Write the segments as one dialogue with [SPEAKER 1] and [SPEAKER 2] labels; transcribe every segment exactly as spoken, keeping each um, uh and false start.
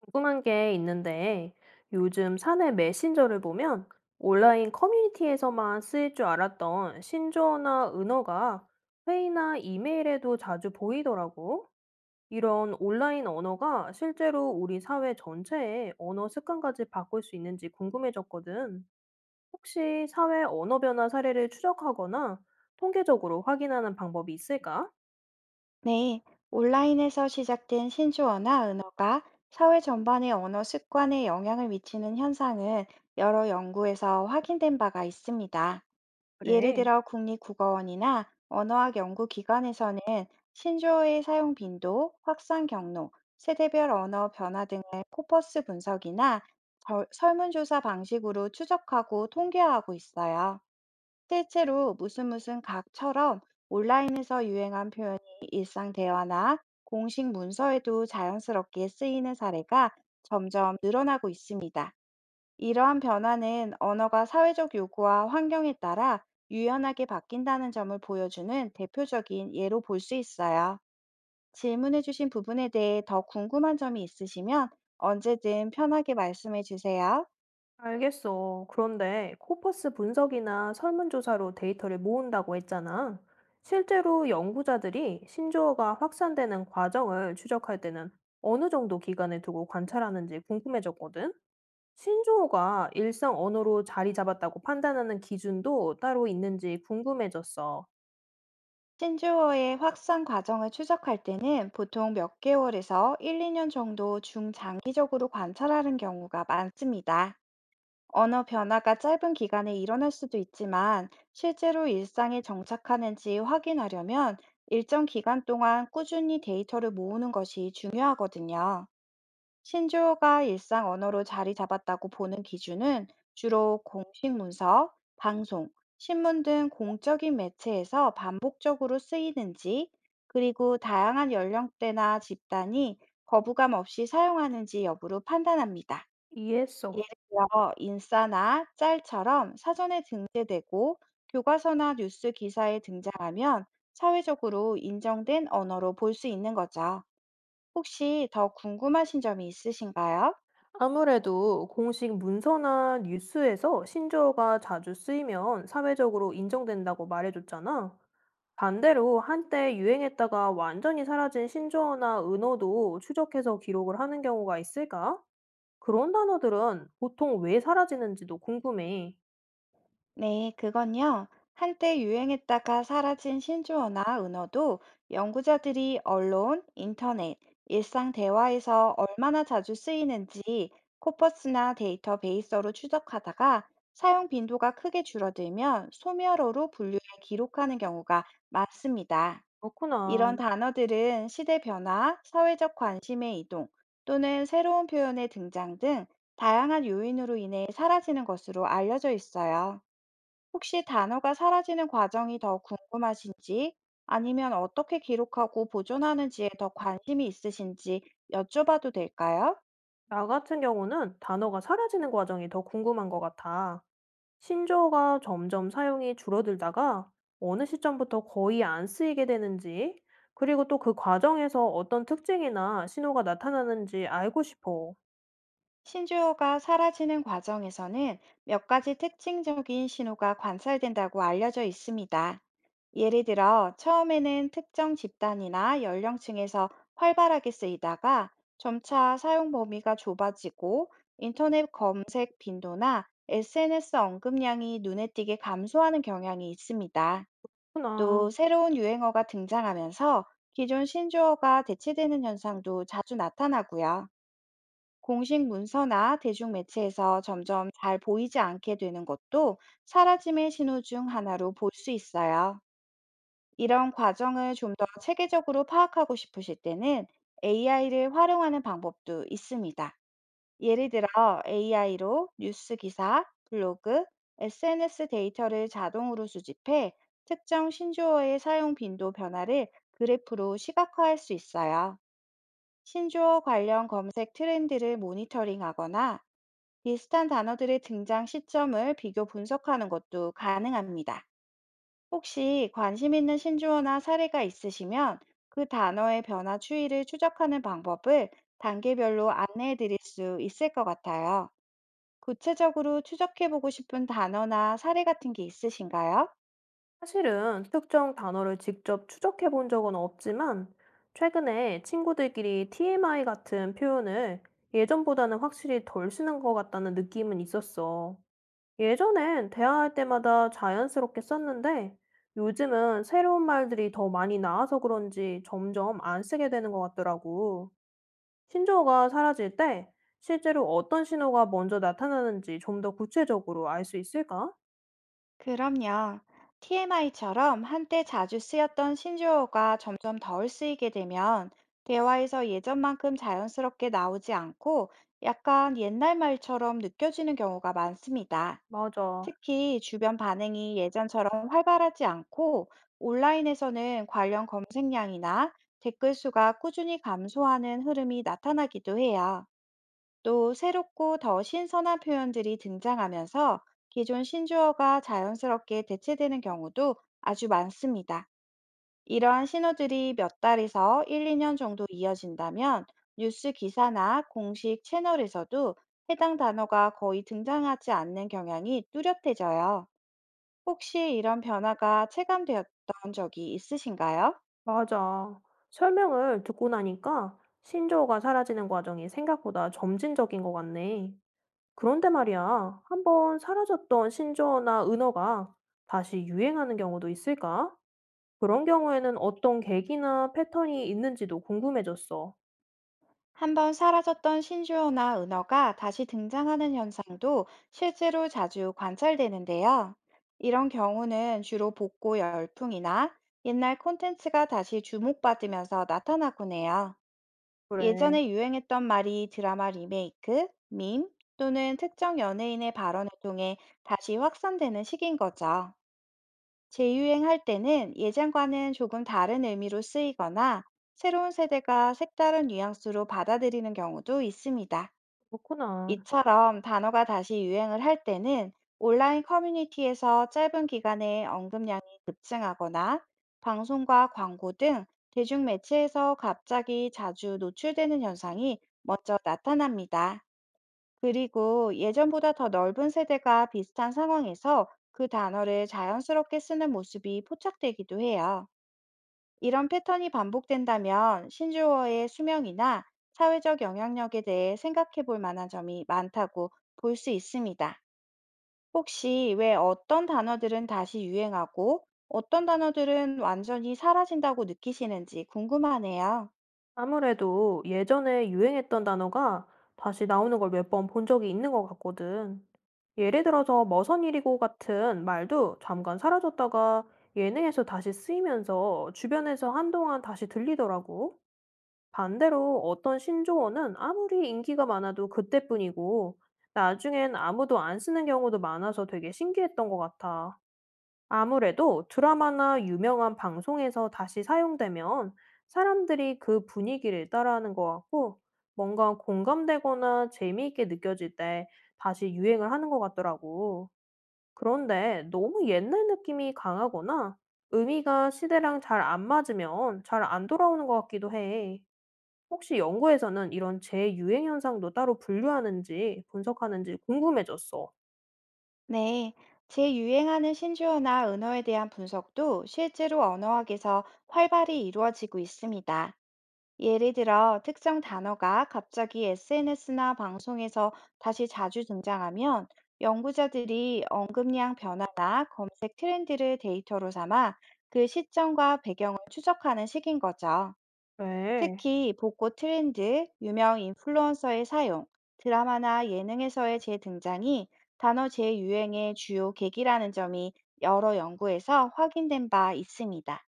[SPEAKER 1] 궁금한 게 있는데 요즘 사내 메신저를 보면 온라인 커뮤니티에서만 쓰일 줄 알았던 신조어나 은어가 회의나 이메일에도 자주 보이더라고. 이런 온라인 언어가 실제로 우리 사회 전체의 언어 습관까지 바꿀 수 있는지 궁금해졌거든. 혹시 사회 언어 변화 사례를 추적하거나 통계적으로 확인하는 방법이 있을까?
[SPEAKER 2] 네, 온라인에서 시작된 신조어나 은어가 사회 전반의 언어 습관에 영향을 미치는 현상은 여러 연구에서 확인된 바가 있습니다. 예를
[SPEAKER 1] 그래.
[SPEAKER 2] 들어 국립국어원이나 언어학 연구기관에서는 신조어의 사용 빈도, 확산 경로, 세대별 언어 변화 등을 코퍼스 분석이나 절- 설문조사 방식으로 추적하고 통계화하고 있어요. 실제로 무슨 무슨 각처럼 에서 유행한 표현 일상 대화나 공식 문서에도 자연스럽게 쓰이는 사례가 점점 늘어나고 있습니다. 이러한 변화는 언어가 사회적 요구와 환경에 따라 유연하게 바뀐다는 점을 보여주는 대표적인 예로 볼 수 있어요. 질문해주신 부분에 대해 더 궁금한 점이 있으시면 언제든 편하게 말씀해 주세요.
[SPEAKER 1] 알겠어. 그런데 코퍼스 분석이나 설문조사로 데이터를 모은다고 했잖아. 실제로 연구자들이 신조어가 확산되는 과정을 추적할 때는 어느 정도 기간을 두고 관찰하는지 궁금해졌거든. 신조어가 일상 언어로 자리 잡았다고 판단하는 기준도 따로 있는지 궁금해졌어.
[SPEAKER 2] 신조어의 확산 과정을 추적할 때는 보통 몇 개월에서 일, 이 년 정도 중장기적으로 관찰하는 경우가 많습니다. 언어 변화가 짧은 기간에 일어날 수도 있지만 실제로 일상에 정착하는지 확인하려면 일정 기간 동안 꾸준히 데이터를 모으는 것이 중요하거든요. 신조어가 일상 언어로 자리 잡았다고 보는 기준은 주로 공식 문서, 방송, 신문 등 공적인 매체에서 반복적으로 쓰이는지, 그리고 다양한 연령대나 집단이 거부감 없이 사용하는지 여부로 판단합니다.
[SPEAKER 1] 이해했어.
[SPEAKER 2] 예를 들어 인싸나 짤처럼 사전에 등재되고 교과서나 뉴스 기사에 등장하면 사회적으로 인정된 언어로 볼 수 있는 거죠. 혹시 더 궁금하신 점이 있으신가요?
[SPEAKER 1] 아무래도 공식 문서나 뉴스에서 신조어가 자주 쓰이면 사회적으로 인정된다고 말해줬잖아. 반대로 한때 유행했다가 완전히 사라진 신조어나 은어도 추적해서 기록을 하는 경우가 있을까? 그런 단어들은 보통 왜 사라지는지도 궁금해.
[SPEAKER 2] 네, 그건요. 한때 유행했다가 사라진 신조어나 은어도 연구자들이 언론, 인터넷, 일상 대화에서 얼마나 자주 쓰이는지 코퍼스나 데이터베이서로 추적하다가 사용 빈도가 크게 줄어들면 소멸어로 분류해 기록하는 경우가 많습니다. 이런
[SPEAKER 1] 그렇구나.
[SPEAKER 2] 단어들은 시대 변화, 사회적 관심의 이동 또는 새로운 표현의 등장 등 다양한 요인으로 인해 사라지는 것으로 알려져 있어요. 혹시 단어가 사라지는 과정이 더 궁금하신지, 아니면 어떻게 기록하고 보존하는지에 더 관심이 있으신지 여쭤봐도 될까요?
[SPEAKER 1] 나 같은 경우는 단어가 사라지는 과정이 더 궁금한 것 같아. 신조어가 점점 사용이 줄어들다가 어느 시점부터 거의 안 쓰이게 되는지, 그리고 또 그 과정에서 어떤 특징이나 신호가 나타나는지 알고 싶어.
[SPEAKER 2] 신조어가 사라지는 과정에서는 몇 가지 특징적인 신호가 관찰된다고 알려져 있습니다. 예를 들어, 처음에는 특정 집단이나 연령층에서 활발하게 쓰이다가 점차 사용 범위가 좁아지고 인터넷 검색 빈도나 에스엔에스 언급량이 눈에 띄게 감소하는 경향이 있습니다. 또
[SPEAKER 1] 그렇구나.
[SPEAKER 2] 새로운 유행어가 등장하면서 기존 신조어가 대체되는 현상도 자주 나타나고요. 공식 문서나 대중매체에서 점점 잘 보이지 않게 되는 것도 사라짐의 신호 중 하나로 볼 수 있어요. 이런 과정을 좀 더 체계적으로 파악하고 싶으실 때는 에이아이를 활용하는 방법도 있습니다. 예를 들어 에이아이로 뉴스 기사, 블로그, 에스엔에스 데이터를 자동으로 수집해 특정 신조어의 사용 빈도 변화를 그래프로 시각화할 수 있어요. 신조어 관련 검색 트렌드를 모니터링하거나 비슷한 단어들의 등장 시점을 비교 분석하는 것도 가능합니다. 혹시 관심 있는 신조어나 사례가 있으시면 그 단어의 변화 추이를 추적하는 방법을 단계별로 안내해 드릴 수 있을 것 같아요. 구체적으로 추적해 보고 싶은 단어나 사례 같은 게 있으신가요?
[SPEAKER 1] 사실은 특정 단어를 직접 추적해 본 적은 없지만, 최근에 친구들끼리 티엠아이 같은 표현을 예전보다는 확실히 덜 쓰는 것 같다는 느낌은 있었어. 예전엔 대화할 때마다 자연스럽게 썼는데 요즘은 새로운 말들이 더 많이 나와서 그런지 점점 안 쓰게 되는 것 같더라고. 신조어가 사라질 때 실제로 어떤 신호가 먼저 나타나는지 좀 더 구체적으로 알 수 있을까?
[SPEAKER 2] 그럼요. 티엠아이처럼 한때 자주 쓰였던 신조어가 점점 덜 쓰이게 되면 대화에서 예전만큼 자연스럽게 나오지 않고 약간 옛날 말처럼 느껴지는 경우가 많습니다.
[SPEAKER 1] 맞아,
[SPEAKER 2] 특히 주변 반응이 예전처럼 활발하지 않고 온라인에서는 관련 검색량이나 댓글 수가 꾸준히 감소하는 흐름이 나타나기도 해요. 또 새롭고 더 신선한 표현들이 등장하면서 기존 신조어가 자연스럽게 대체되는 경우도 아주 많습니다. 이러한 신호들이 몇 달에서 일, 이 년 정도 이어진다면 뉴스 기사나 공식 채널에서도 해당 단어가 거의 등장하지 않는 경향이 뚜렷해져요. 혹시 이런 변화가 체감되었던 적이 있으신가요?
[SPEAKER 1] 맞아. 설명을 듣고 나니까 신조어가 사라지는 과정이 생각보다 점진적인 것 같네. 그런데 말이야, 한번 사라졌던 신조어나 은어가 다시 유행하는 경우도 있을까? 그런 경우에는 어떤 계기나 패턴이 있는지도 궁금해졌어.
[SPEAKER 2] 한번 사라졌던 신조어나 은어가 다시 등장하는 현상도 실제로 자주 관찰되는데요. 이런 경우는 주로 복고 열풍이나 옛날 콘텐츠가 다시 주목받으면서 나타나곤 해요.
[SPEAKER 1] 그래,
[SPEAKER 2] 예전에 유행했던 말이 드라마 리메이크, 밈 또는 특정 연예인의 발언을 통해 다시 확산되는 시기인 거죠. 재유행할 때는 예전과는 조금 다른 의미로 쓰이거나 새로운 세대가 색다른 뉘앙스로 받아들이는 경우도 있습니다.
[SPEAKER 1] 그렇구나.
[SPEAKER 2] 이처럼 단어가 다시 유행을 할 때는 온라인 커뮤니티에서 짧은 기간에 언급량이 급증하거나 방송과 광고 등 대중매체에서 갑자기 자주 노출되는 현상이 먼저 나타납니다. 그리고 예전보다 더 넓은 세대가 비슷한 상황에서 그 단어를 자연스럽게 쓰는 모습이 포착되기도 해요. 이런 패턴이 반복된다면 신조어의 수명이나 사회적 영향력에 대해 생각해 볼 만한 점이 많다고 볼 수 있습니다. 혹시 왜 어떤 단어들은 다시 유행하고 어떤 단어들은 완전히 사라진다고 느끼시는지 궁금하네요.
[SPEAKER 1] 아무래도 예전에 유행했던 단어가 다시 나오는 걸 몇 번 본 적이 있는 것 같거든. 예를 들어서 머선일이고 같은 말도 잠깐 사라졌다가 예능에서 다시 쓰이면서 주변에서 한동안 다시 들리더라고. 반대로 어떤 신조어는 아무리 인기가 많아도 그때뿐이고, 나중엔 아무도 안 쓰는 경우도 많아서 되게 신기했던 것 같아. 아무래도 드라마나 유명한 방송에서 다시 사용되면 사람들이 그 분위기를 따라하는 것 같고 뭔가 공감되거나 재미있게 느껴질 때 다시 유행을 하는 것 같더라고. 그런데 너무 옛날 느낌이 강하거나 의미가 시대랑 잘 안 맞으면 잘 안 돌아오는 것 같기도 해. 혹시 연구에서는 이런 재유행 현상도 따로 분류하는지 분석하는지 궁금해졌어.
[SPEAKER 2] 네, 재유행하는 신조어나 은어에 대한 분석도 실제로 언어학에서 활발히 이루어지고 있습니다. 예를 들어, 특정 단어가 갑자기 에스엔에스나 방송에서 다시 자주 등장하면 연구자들이 언급량 변화나 검색 트렌드를 데이터로 삼아 그 시점과 배경을 추적하는 식인 거죠.
[SPEAKER 1] 왜?
[SPEAKER 2] 특히 복고 트렌드, 유명 인플루언서의 사용, 드라마나 예능에서의 재등장이 단어 재유행의 주요 계기라는 점이 여러 연구에서 확인된 바 있습니다.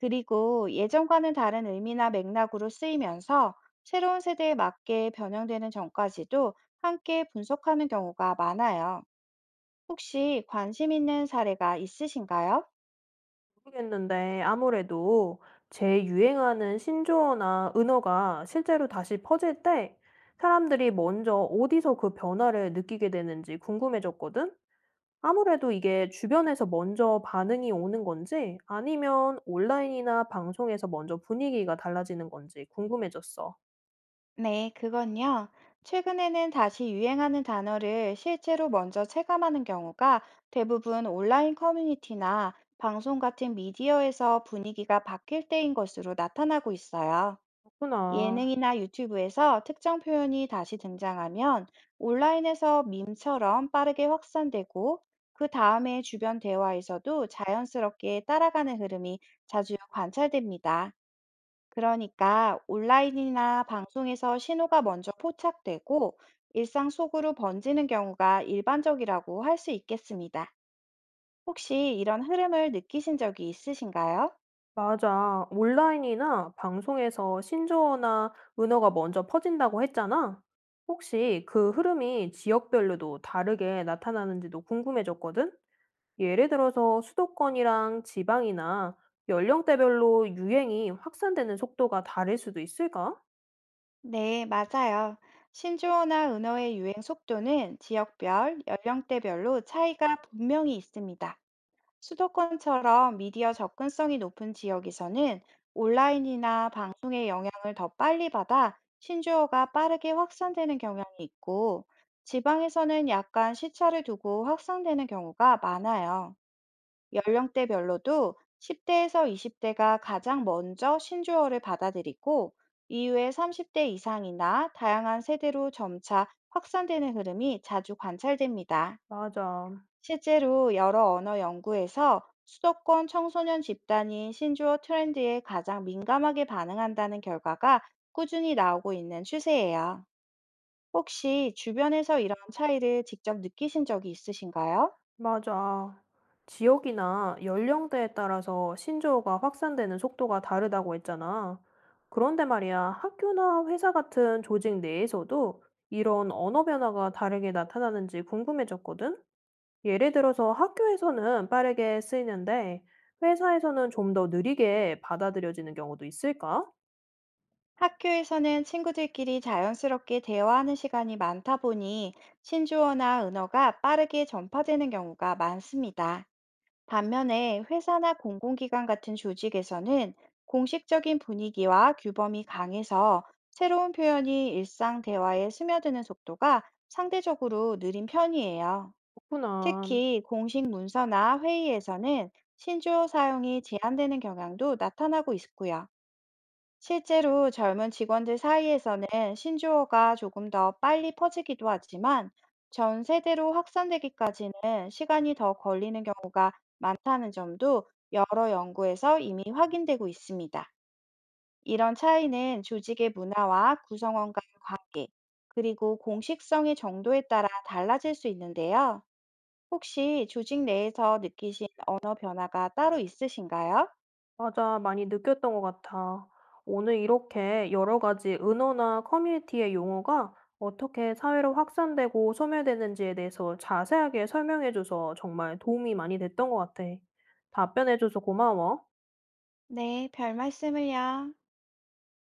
[SPEAKER 2] 그리고 예전과는 다른 의미나 맥락으로 쓰이면서 새로운 세대에 맞게 변형되는 점까지도 함께 분석하는 경우가 많아요. 혹시 관심 있는 사례가 있으신가요?
[SPEAKER 1] 모르겠는데 아무래도 재유행하는 신조어나 은어가 실제로 다시 퍼질 때 사람들이 먼저 어디서 그 변화를 느끼게 되는지 궁금해졌거든? 아무래도 이게 주변에서 먼저 반응이 오는 건지 아니면 온라인이나 방송에서 먼저 분위기가 달라지는 건지 궁금해졌어.
[SPEAKER 2] 네, 그건요. 최근에는 다시 유행하는 단어를 실제로 먼저 체감하는 경우가 대부분 온라인 커뮤니티나 방송 같은 미디어에서 분위기가 바뀔 때인 것으로 나타나고 있어요.
[SPEAKER 1] 그렇구나.
[SPEAKER 2] 예능이나 유튜브에서 특정 표현이 다시 등장하면 온라인에서 밈처럼 빠르게 확산되고 그 다음에 주변 대화에서도 자연스럽게 따라가는 흐름이 자주 관찰됩니다. 그러니까 온라인이나 방송에서 신호가 먼저 포착되고 일상 속으로 번지는 경우가 일반적이라고 할 수 있겠습니다. 혹시 이런 흐름을 느끼신 적이 있으신가요?
[SPEAKER 1] 맞아. 온라인이나 방송에서 신조어나 은어가 먼저 퍼진다고 했잖아. 혹시 그 흐름이 지역별로도 다르게 나타나는지도 궁금해졌거든? 예를 들어서 수도권이랑 지방이나 연령대별로 유행이 확산되는 속도가 다를 수도 있을까?
[SPEAKER 2] 네, 맞아요. 신조어나 은어의 유행 속도는 지역별, 연령대별로 차이가 분명히 있습니다. 수도권처럼 미디어 접근성이 높은 지역에서는 온라인이나 방송의 영향을 더 빨리 받아 신조어가 빠르게 확산되는 경향이 있고, 지방에서는 약간 시차를 두고 확산되는 경우가 많아요. 연령대별로도 십 대에서 이십 대가 가장 먼저 신조어를 받아들이고 이후에 삼십 대 이상이나 다양한 세대로 점차 확산되는 흐름이 자주 관찰됩니다.
[SPEAKER 1] 맞아.
[SPEAKER 2] 실제로 여러 언어 연구에서 수도권 청소년 집단이 신조어 트렌드에 가장 민감하게 반응한다는 결과가 꾸준히 나오고 있는 추세예요. 혹시 주변에서 이런 차이를 직접 느끼신 적이 있으신가요?
[SPEAKER 1] 맞아. 지역이나 연령대에 따라서 신조어가 확산되는 속도가 다르다고 했잖아. 그런데 말이야, 학교나 회사 같은 조직 내에서도 이런 언어 변화가 다르게 나타나는지 궁금해졌거든? 예를 들어서 학교에서는 빠르게 쓰이는데 회사에서는 좀 더 느리게 받아들여지는 경우도 있을까?
[SPEAKER 2] 학교에서는 친구들끼리 자연스럽게 대화하는 시간이 많다 보니 신조어나 은어가 빠르게 전파되는 경우가 많습니다. 반면에 회사나 공공기관 같은 조직에서는 공식적인 분위기와 규범이 강해서 새로운 표현이 일상 대화에 스며드는 속도가 상대적으로 느린 편이에요.
[SPEAKER 1] 그렇구나.
[SPEAKER 2] 특히 공식 문서나 회의에서는 신조어 사용이 제한되는 경향도 나타나고 있고요. 실제로 젊은 직원들 사이에서는 신조어가 조금 더 빨리 퍼지기도 하지만 전 세대로 확산되기까지는 시간이 더 걸리는 경우가 많다는 점도 여러 연구에서 이미 확인되고 있습니다. 이런 차이는 조직의 문화와 구성원 간 관계, 그리고 공식성의 정도에 따라 달라질 수 있는데요. 혹시 조직 내에서 느끼신 언어 변화가 따로 있으신가요?
[SPEAKER 1] 맞아, 많이 느꼈던 것 같아. 오늘 이렇게 여러 가지 은어나 커뮤니티의 용어가 어떻게 사회로 확산되고 소멸되는지에 대해서 자세하게 설명해줘서 정말 도움이 많이 됐던 것 같아. 답변해줘서 고마워.
[SPEAKER 2] 네, 별 말씀을요.